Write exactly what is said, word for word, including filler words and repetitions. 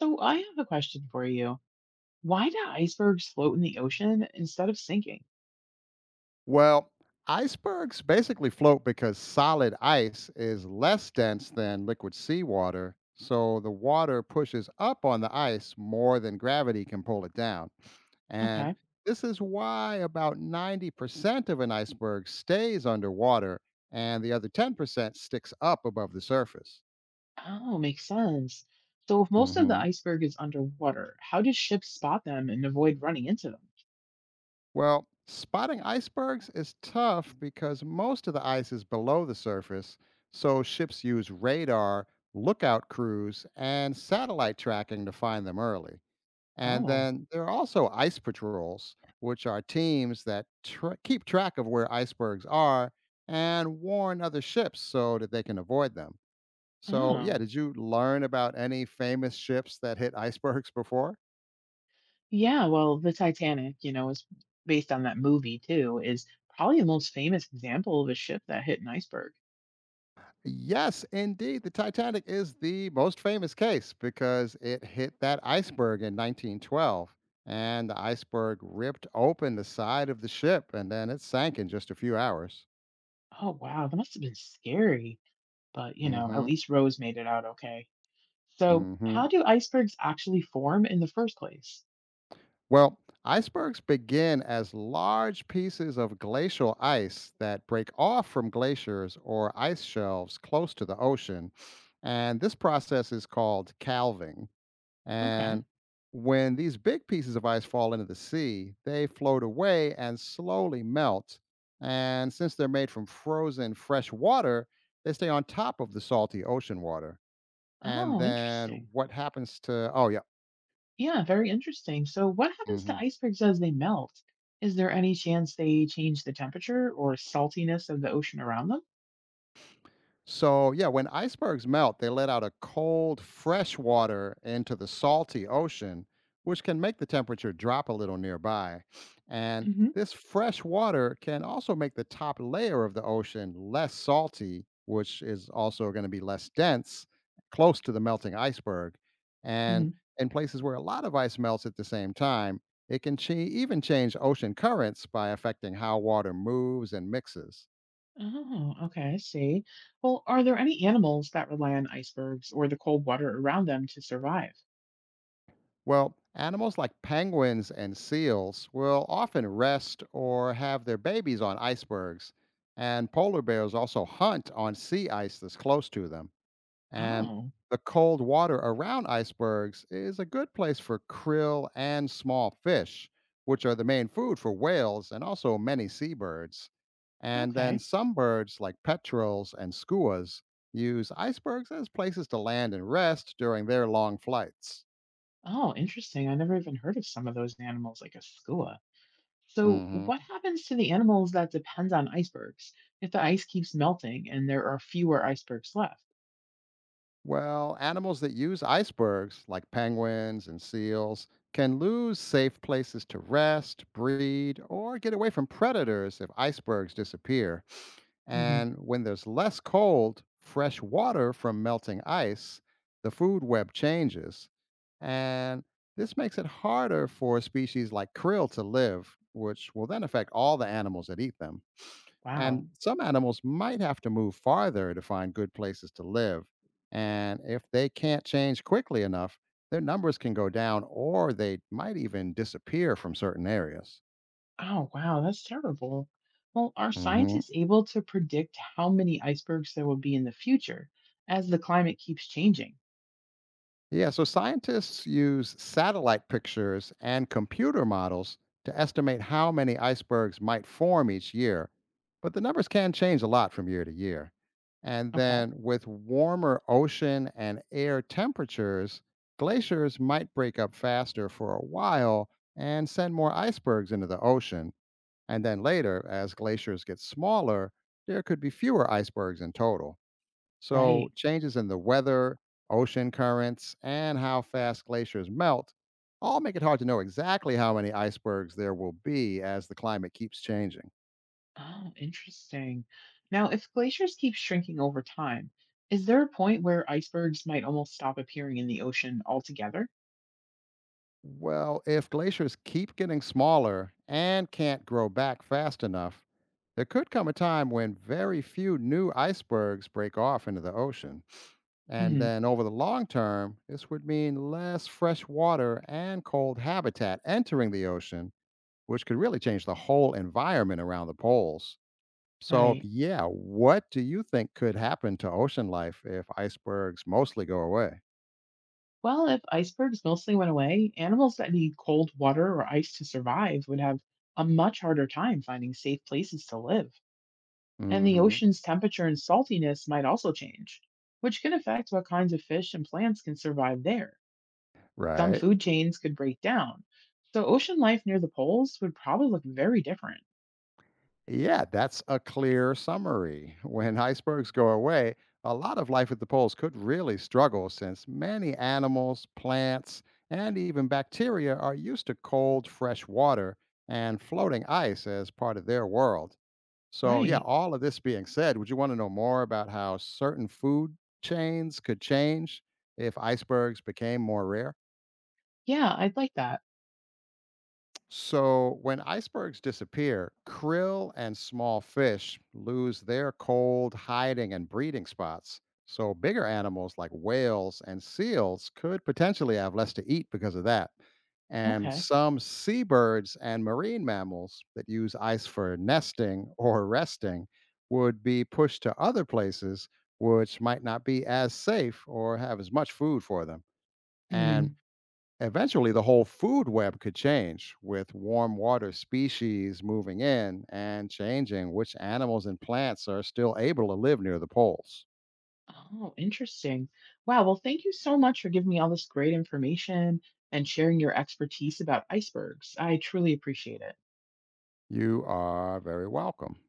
So I have a question for you. Why do icebergs float in the ocean instead of sinking? Well, icebergs basically float because solid ice is less dense than liquid seawater. So the water pushes up on the ice more than gravity can pull it down. And Okay. this is why about ninety percent of an iceberg stays underwater and the other ten percent sticks up above the surface. Oh, makes sense. So if most of the Mhm. iceberg is underwater, how do ships spot them and avoid running into them? Well, spotting icebergs is tough because most of the ice is below the surface, so ships use radar, lookout crews, and satellite tracking to find them early. And Oh. then there are also ice patrols, which are teams that tra- keep track of where icebergs are and warn other ships so that they can avoid them. So, yeah, Oh. did you learn about any famous ships that hit icebergs before? Yeah, well, the Titanic, you know, is based on that movie too, is probably the most famous example of a ship that hit an iceberg. Yes, indeed. The Titanic is the most famous case because it hit that iceberg in nineteen twelve, and the iceberg ripped open the side of the ship, and then it sank in just a few hours. Oh, wow, that must have been scary. But, you know, at Hmm. least Rose made it out okay. So, Hmm. how do icebergs actually form in the first place? Well, icebergs begin as large pieces of glacial ice that break off from glaciers or ice shelves close to the ocean, and this process is called calving. Okay. And when these big pieces of ice fall into the sea, they float away and slowly melt. And since they're made from frozen fresh water, they stay on top of the salty ocean water. And Oh, then interesting. what happens to, oh, yeah. Yeah, very interesting. So, what happens to Mhm. icebergs as they melt? Is there any chance they change the temperature or saltiness of the ocean around them? So, yeah, when icebergs melt, they let out a cold, fresh water into the salty ocean, which can make the temperature drop a little nearby. And Hmm. this fresh water can also make the top layer of the ocean less salty, which is also going to be less dense close to the melting iceberg. And Hmm. in places where a lot of ice melts at the same time, it can ch- even change ocean currents by affecting how water moves and mixes. Oh, okay, I see. Well, are there any animals that rely on icebergs or the cold water around them to survive? Well, animals like penguins and seals will often rest or have their babies on icebergs, and polar bears also hunt on sea ice that's close to them. And Oh, the cold water around icebergs is a good place for krill and small fish, which are the main food for whales and also many seabirds. And then okay. some birds, like petrels and skuas, use icebergs as places to land and rest during their long flights. Oh, interesting. I never even heard of some of those animals, like a skua. So, Hmm. what happens to the animals that depend on icebergs if the ice keeps melting and there are fewer icebergs left? Well, animals that use icebergs, like penguins and seals, can lose safe places to rest, breed, or get away from predators if icebergs disappear. And when there's less cold, fresh water from melting ice, the food web changes. And this makes it harder for species like krill to live, which will then affect all the animals that eat them. Wow. And some animals might have to move farther to find good places to live. And if they can't change quickly enough, their numbers can go down or they might even disappear from certain areas. Oh, wow, that's terrible. Well, are Hmm. scientists able to predict how many icebergs there will be in the future as the climate keeps changing? Yeah, so scientists use satellite pictures and computer models to estimate how many icebergs might form each year, but the numbers can change a lot from year to year. And Okay, then with warmer ocean and air temperatures, glaciers might break up faster for a while and send more icebergs into the ocean. And then later, as glaciers get smaller, there could be fewer icebergs in total. So, right. changes in the weather, ocean currents, and how fast glaciers melt all make it hard to know exactly how many icebergs there will be as the climate keeps changing. Oh, interesting. Now, if glaciers keep shrinking over time, is there a point where icebergs might almost stop appearing in the ocean altogether? Well, if glaciers keep getting smaller and can't grow back fast enough, there could come a time when very few new icebergs break off into the ocean. And Hmm. then over the long term, this would mean less fresh water and cold habitat entering the ocean which could really change the whole environment around the poles. So, Right. yeah, what do you think could happen to ocean life if icebergs mostly go away? Well, if icebergs mostly went away, animals that need cold water or ice to survive would have a much harder time finding safe places to live, and the Hmm. ocean's temperature and saltiness might also change, which can affect what kinds of fish and plants can survive there. Some Right. food chains could break down, so ocean life near the poles would probably look very different. Yeah, that's a clear summary. When icebergs go away, a lot of life at the poles could really struggle since many animals, plants, and even bacteria are used to cold, fresh water and floating ice as part of their world. So, yeah, Right. all of this being said, would you want to know more about how certain food chains could change if icebergs became more rare? Yeah, I'd like that. So, when icebergs disappear, krill and small fish lose their cold hiding and breeding spots. So, bigger animals like whales and seals could potentially have less to eat because of that. And Okay. some seabirds and marine mammals that use ice for nesting or resting would be pushed to other places which might not be as safe or have as much food for them. And Hmm. eventually, the whole food web could change, with warm water species moving in and changing which animals and plants are still able to live near the poles. Oh, interesting. Wow. Well, thank you so much for giving me all this great information and sharing your expertise about icebergs. I truly appreciate it. You are very welcome.